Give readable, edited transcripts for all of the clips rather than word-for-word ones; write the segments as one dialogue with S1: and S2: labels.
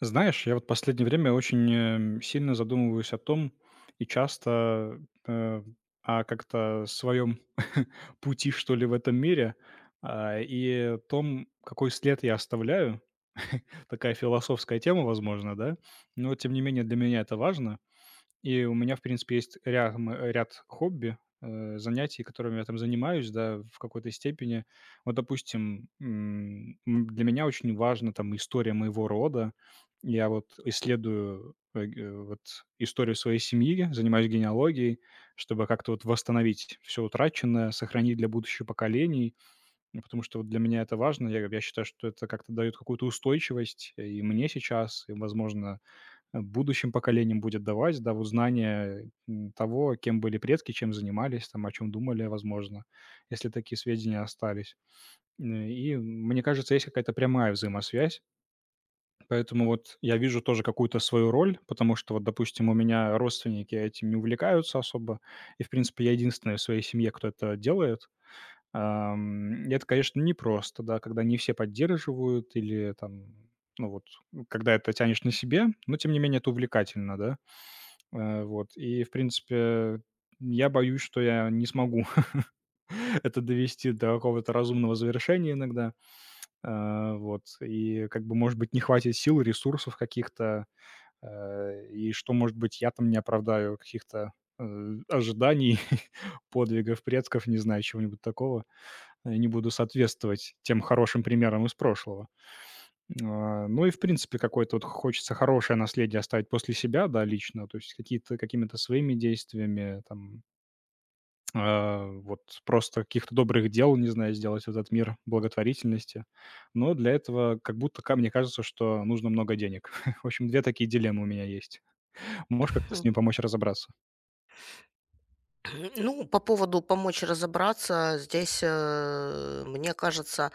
S1: Знаешь, я вот последнее время очень, сильно задумываюсь о том и часто, э, о как-то своем пути, что ли, в этом мире, и том, какой след я оставляю. Такая философская тема, возможно, да, но тем не менее для меня это важно. И у меня, в принципе, есть ряд хобби, занятий, которыми я там занимаюсь, да, в какой-то степени. Вот, допустим, для меня очень важна там история моего рода. Я вот исследую вот историю своей семьи, занимаюсь генеалогией, чтобы как-то вот восстановить все утраченное, сохранить для будущих поколений. Ну, потому что вот для меня это важно. Я считаю, что это как-то дает какую-то устойчивость и мне сейчас, и, возможно, будущим поколениям будет давать, да, вот знания, того, кем были предки, чем занимались, там, о чем думали, возможно, если такие сведения остались. Н и мне кажется, есть какая-то прямая взаимосвязь. Поэтому вот я вижу тоже какую-то свою роль, потому что вот, допустим, у меня родственники этим не увлекаются особо, и, в принципе, я единственный в своей семье, кто это делает. И это, конечно, непросто, да, когда не все поддерживают или там, ну вот, когда это тянешь на себе, но тем не менее это увлекательно, да. Э, вот. И, в принципе, я боюсь, что я не смогу это довести до какого-то разумного завершения иногда. Э, вот. И как бы, может быть, не хватит сил, ресурсов каких-то, и что, может быть, я там не оправдаю каких-то, ожиданий, подвигов предков, не знаю, чего-нибудь такого. Э, не буду соответствовать тем хорошим примерам из прошлого. А, ну и, в принципе, какое-то вот хочется хорошее наследие оставить после себя, да, лично, то есть какие-то какими-то своими действиями, там, вот просто каких-то добрых дел, не знаю, сделать в этот мир благотворительности. Но для этого как будто ка мне кажется, что нужно много денег. В общем, 2 такие дилеммы у меня есть. Можешь как-то с
S2: Хм.
S1: ним помочь разобраться?
S2: Ну, по поводу помочь разобраться, здесь, мне кажется,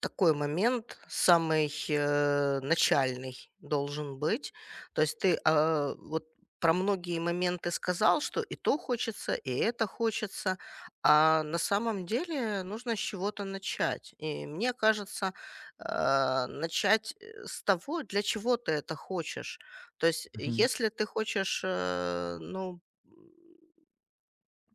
S2: такой момент самый начальный должен быть. То есть ты про многие моменты сказал, что и то хочется, и это хочется, а на самом деле нужно с чего-то начать. И мне кажется, начать с того, для чего ты это хочешь. То есть
S1: Мгм.
S2: если ты хочешь, ну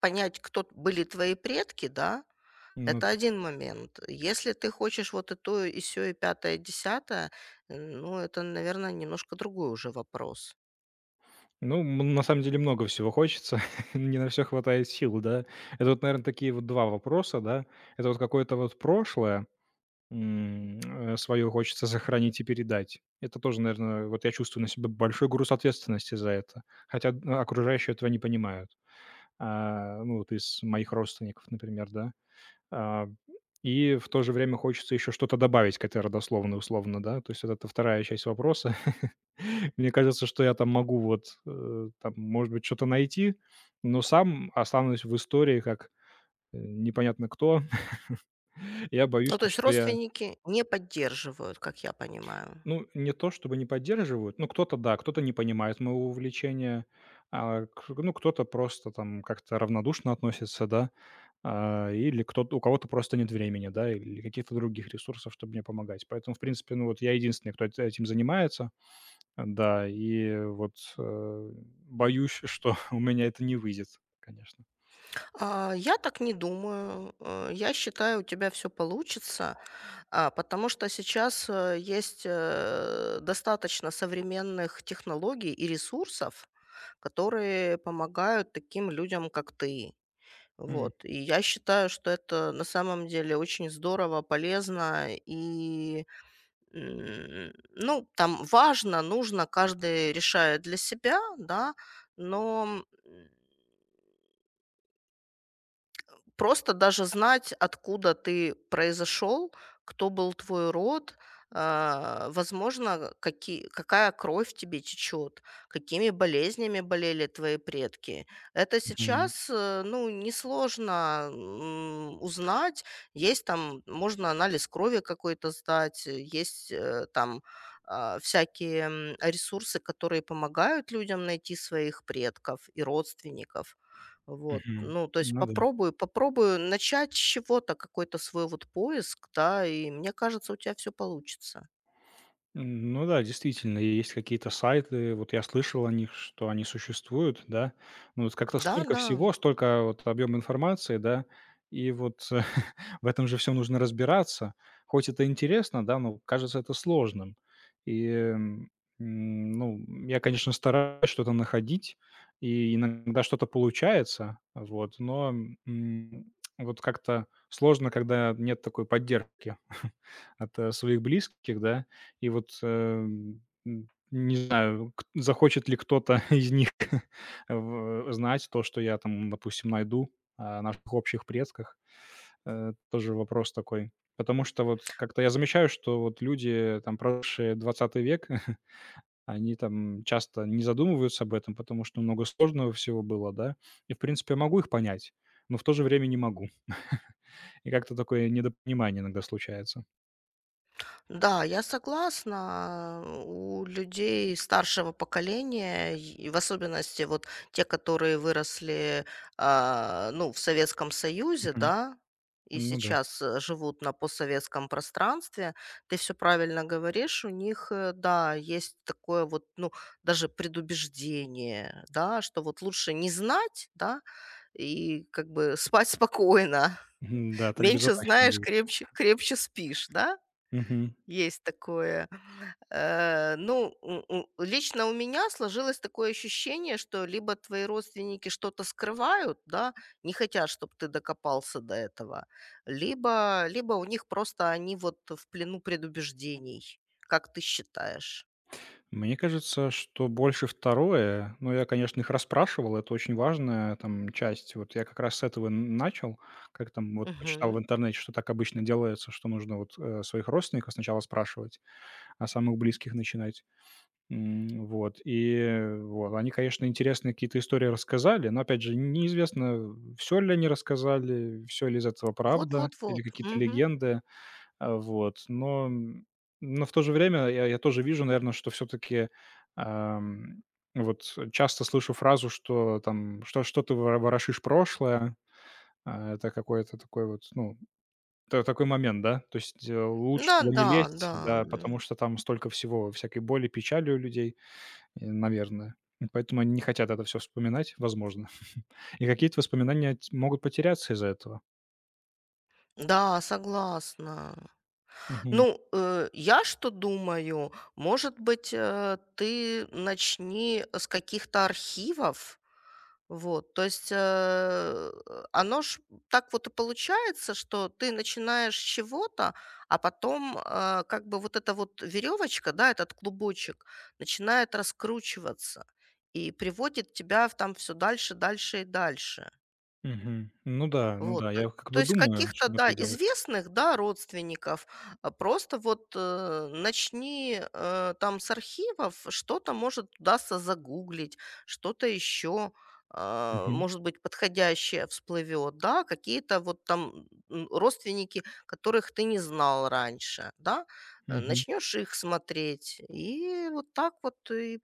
S2: понять, были твои предки, да,
S1: Ну
S2: это
S1: да.
S2: один момент. Если ты хочешь вот и то, и все и пятое, и десятое, ну, это, наверное, немножко другой уже вопрос.
S1: Ну, на самом деле много всего хочется, не на все хватает сил, да. Это вот, наверное, такие вот 2 вопроса, да. Это вот какое-то вот прошлое. Свое хочется сохранить и передать. Это тоже, наверное, вот я чувствую на себе большой груз ответственности за это, хотя окружающие этого не понимают. А, ну, вот из моих родственников, например, да. А, и в то же время хочется еще что-то добавить к этой родословной условно, да. То есть вот это вторая часть вопроса. Мне кажется, что я там могу вот, там, может быть, что-то найти, но сам останусь в истории как, непонятно кто. Я боюсь,
S2: Ну, то
S1: вот
S2: есть
S1: что я.
S2: родственники не поддерживают, как я понимаю.
S1: Ну, не то чтобы не поддерживают, ну, кто-то да, кто-то не понимает моего увлечения, а, к ну, кто-то просто там как-то равнодушно относится, да, или кто-то у кого-то просто нет времени, да, или каких-то других ресурсов, чтобы мне помогать. Поэтому, в принципе, ну, вот я единственный, кто эт этим занимается, да, и вот, боюсь, что у меня это не выйдет, конечно.
S2: А, я так не думаю. Я считаю, у тебя все получится, потому что сейчас есть достаточно современных технологий и ресурсов, которые помогают таким людям, как ты.
S1: М,
S2: Вот. И я считаю, что это на самом деле очень здорово, полезно и, ну, там важно, нужно, каждый решает для себя, да, но, просто даже знать, откуда ты произошел, кто был твой род, а, возможно, какая кровь в тебе течет, какими болезнями болели твои предки. Это
S1: мгм,
S2: сейчас, ну, несложно узнать. Есть там, можно анализ крови какой-то сдать, есть всякие ресурсы, которые помогают людям найти своих предков и родственников. Вот,
S1: мгм.
S2: ну, то есть
S1: Ну да.
S2: попробую начать с чего-то, какой-то свой вот поиск, да, и мне кажется, у тебя все получится.
S1: М, ну да, действительно, есть какие-то сайты, вот я слышал о них, что они существуют, да. Ну вот как-то
S2: Да,
S1: столько
S2: да.
S1: всего, столько вот объема информации, да, и вот в этом же все нужно разбираться. Хоть это интересно, да, но кажется это сложным. И, м, ну, я, конечно, стараюсь что-то находить, и иногда что-то получается, вот, но вот как-то сложно, когда нет такой поддержки. От, своих близких, да. И вот, не знаю, кт захочет ли кто-то из них в знать то, что я там, допустим, найду о наших общих предках. Э, тоже вопрос такой. Потому что вот как-то я замечаю, что вот люди, там, прожившие двадцатый век, они там часто не задумываются об этом, потому что много сложного всего было, да. И, в принципе, я могу их понять, но в то же время не могу. И как-то такое недопонимание иногда случается.
S2: Да, я согласна. У людей старшего поколения, и в особенности вот те, которые выросли, ну, в Советском Союзе,
S1: Мгм.
S2: да, и
S1: Ну да.
S2: сейчас живут на постсоветском пространстве, ты все правильно говоришь, у них, да, есть такое вот, ну, даже предубеждение, да, что вот лучше не знать, да, и как бы спать спокойно.
S1: Мгм, да, так
S2: Меньше
S1: безопаснее
S2: знаешь,
S1: будет.
S2: крепче, крепче спишь, да?
S1: Мгм.
S2: Есть такое. Лично у меня сложилось такое ощущение, что либо твои родственники что-то скрывают, да, не хотят, чтобы ты докопался до этого, либо у них просто они вот в плену предубеждений, как ты считаешь.
S1: Мне кажется, что больше второе. Ну, я, конечно, их расспрашивал, это очень важная там часть. Вот я как раз с этого н начал, как там вот почитал в
S2: Мгм.
S1: интернете, что так обычно делается, что нужно вот, своих родственников сначала спрашивать, а самых близких начинать. М, вот, и вот они, конечно, интересные какие-то истории рассказали, но, опять же, неизвестно, все ли они рассказали, все ли из этого правда
S2: Вот-вот-вот.
S1: или какие-то
S2: Мгм.
S1: легенды. А, вот, но, но в то же время я тоже вижу, наверное, что все таки вот часто слышу фразу, что там: Что ты ворошишь прошлое?» Это какой-то такой вот, ну, та такой момент, да. То есть, лучше туда не
S2: Да-да-да.
S1: лезть,
S2: Да,
S1: да,
S2: да.
S1: потому
S2: М.
S1: что там столько всего, всякой боли, печали у людей, наверное. И поэтому они не хотят это все вспоминать, возможно. И какие-то воспоминания ть могут потеряться из-за этого.
S2: Да, согласна.
S1: Мгм,
S2: Ну, я что думаю, может быть, ты начни с каких-то архивов, вот, то есть, оно ж так вот и получается, что ты начинаешь с чего-то, а потом, как бы вот эта вот веревочка, да, этот клубочек начинает раскручиваться и приводит тебя в там все дальше, дальше и дальше.
S1: мгм. Ну да, ну
S2: Вот,
S1: да, я как
S2: то
S1: бы
S2: есть
S1: думаю,
S2: каких-то,
S1: чтобы
S2: да,
S1: это делать.
S2: известных, да, родственников, а просто вот, начни, там с архивов, что-то, может, удастся загуглить, что-то еще, а, может быть, подходящее всплывет, да, какие-то вот там, родственники, которых ты не знал раньше, да,
S1: Мгм.
S2: начнешь их смотреть, и вот так вот и,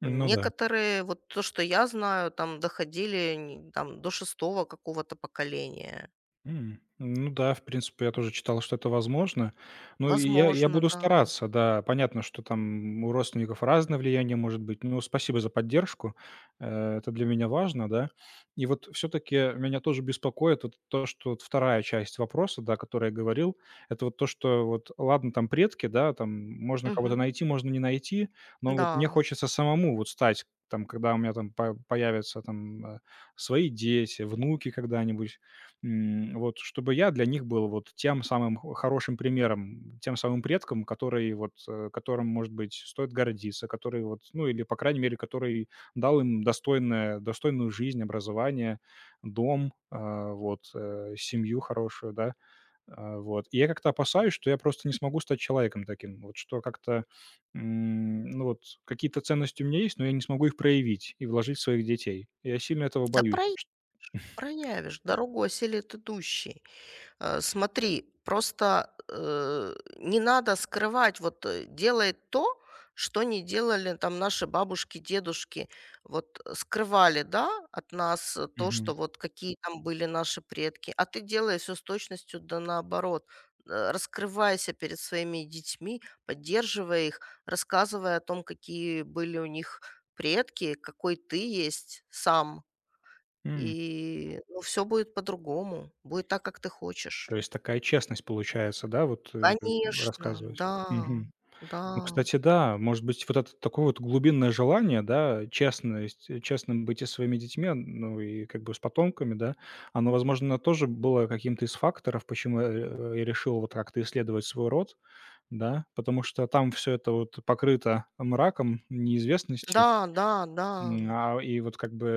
S1: Ну да.
S2: некоторые, вот то, что я знаю, там доходили не там до шестого какого-то поколения.
S1: М. Ну да, в принципе, я тоже читал, что это возможно. Ну, я
S2: Возможно,
S1: буду
S2: да.
S1: стараться, да. Понятно, что там у родственников разное влияние может быть. Но спасибо за поддержку. Э, это для меня важно, да. И вот все-таки меня тоже беспокоит вот то, что вот вторая часть вопроса, да, о которой я говорил, это вот то, что вот ладно, там предки, да, там можно кого-то
S2: Мгм.
S1: найти, можно не найти, но
S2: Да.
S1: вот мне хочется самому вот стать там, когда у меня там появятся там свои дети, внуки когда-нибудь. М, вот чтобы я для них был вот тем самым хо хорошим примером, тем самым предком, который вот, которым, может быть, стоит гордиться, который вот, ну, или, по крайней мере, который дал им достойное достойную жизнь, образование, дом, семью хорошую, да. А, вот. И я как-то опасаюсь, что я просто не смогу стать человеком таким. Вот что как-то, ну, вот какие-то ценности у меня есть, но я не смогу их проявить и вложить в своих детей. Я сильно этого
S2: Да
S1: боюсь,
S2: проя
S1: чт.
S2: проявишь, дорогу осилит идущий. Смотри, просто, не надо скрывать, вот, делай то, что не делали там наши бабушки, дедушки. Вот, скрывали, да, от нас, то, что
S1: Мгм.
S2: вот какие там были наши предки, а ты делай всё с точностью да наоборот. Раскрывайся перед своими детьми, поддерживая их, рассказывая о том, какие были у них предки, какой ты есть сам.
S1: М.
S2: И, ну, всё будет по-другому, будет так, как ты
S1: То
S2: хочешь.
S1: есть такая честность получается, да, вот,
S2: Конечно,
S1: рассказывать?
S2: да,
S1: Мгм.
S2: да,
S1: Ну, кстати, да, может быть, вот это такое вот глубинное желание, да, честность, честным быть и со своими детьми, ну, и как бы с потомками, да, оно, возможно, тоже было каким-то из факторов, почему я решил вот как-то исследовать свой род, да, потому что там все это вот покрыто мраком, неизвестностью.
S2: да, да, да,
S1: И вот как бы,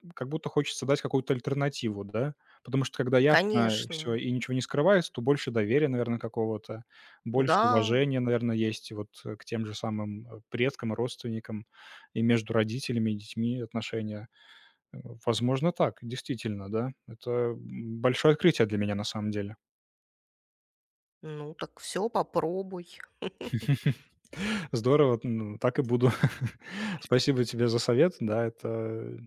S1: как будто хочется дать какую-то альтернативу, да? Потому что когда ясно всё
S2: конечно,
S1: и ничего не скрывается, то больше доверия, наверное, какого-то, больше
S2: да.
S1: уважения, наверное, есть вот, к тем же самым, предкам, родственникам и между родителями и детьми отношения. Э, возможно, так, действительно, да. Это, большое открытие для меня на самом деле.
S2: Ну так все попробуй.
S1: Здорово, ну, так и буду. Спасибо тебе за совет. Да,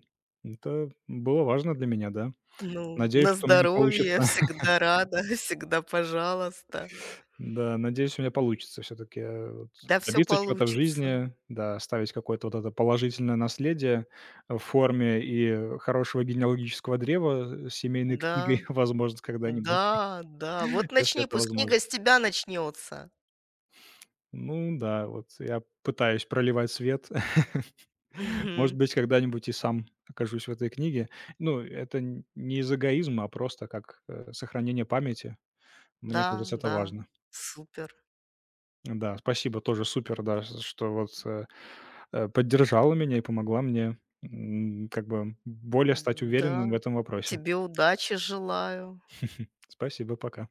S1: это было важно для меня, да.
S2: Ну,
S1: Надеюсь,
S2: на
S1: что у меня
S2: здоровье,
S1: получится.
S2: всегда рада, всегда пожалуйста.
S1: Да, надеюсь, у меня получится все таки
S2: Да, все
S1: добиться чего-то в
S2: получится.
S1: жизни, да, оставить какое-то вот это положительное наследие в форме и хорошего генеалогического древа с семейной
S2: Да,
S1: книгой, возможно, когда-нибудь,
S2: да, да. Вот
S1: если
S2: начни,
S1: это
S2: пусть
S1: возможно.
S2: книга с тебя начнется.
S1: Ну да, вот я пытаюсь проливать свет. Может
S2: Мгм.
S1: быть, когда-нибудь и сам окажусь в этой книге. Ну, это н не из эгоизма, а просто как, сохранение памяти. Мне
S2: Да,
S1: кажется, это
S2: да,
S1: важно.
S2: супер.
S1: Да, спасибо, тоже супер, да, ш что вот, поддержала меня и помогла мне, как бы более стать уверенным в
S2: Да.
S1: этом вопросе.
S2: Тебе удачи желаю.
S1: Спасибо, пока.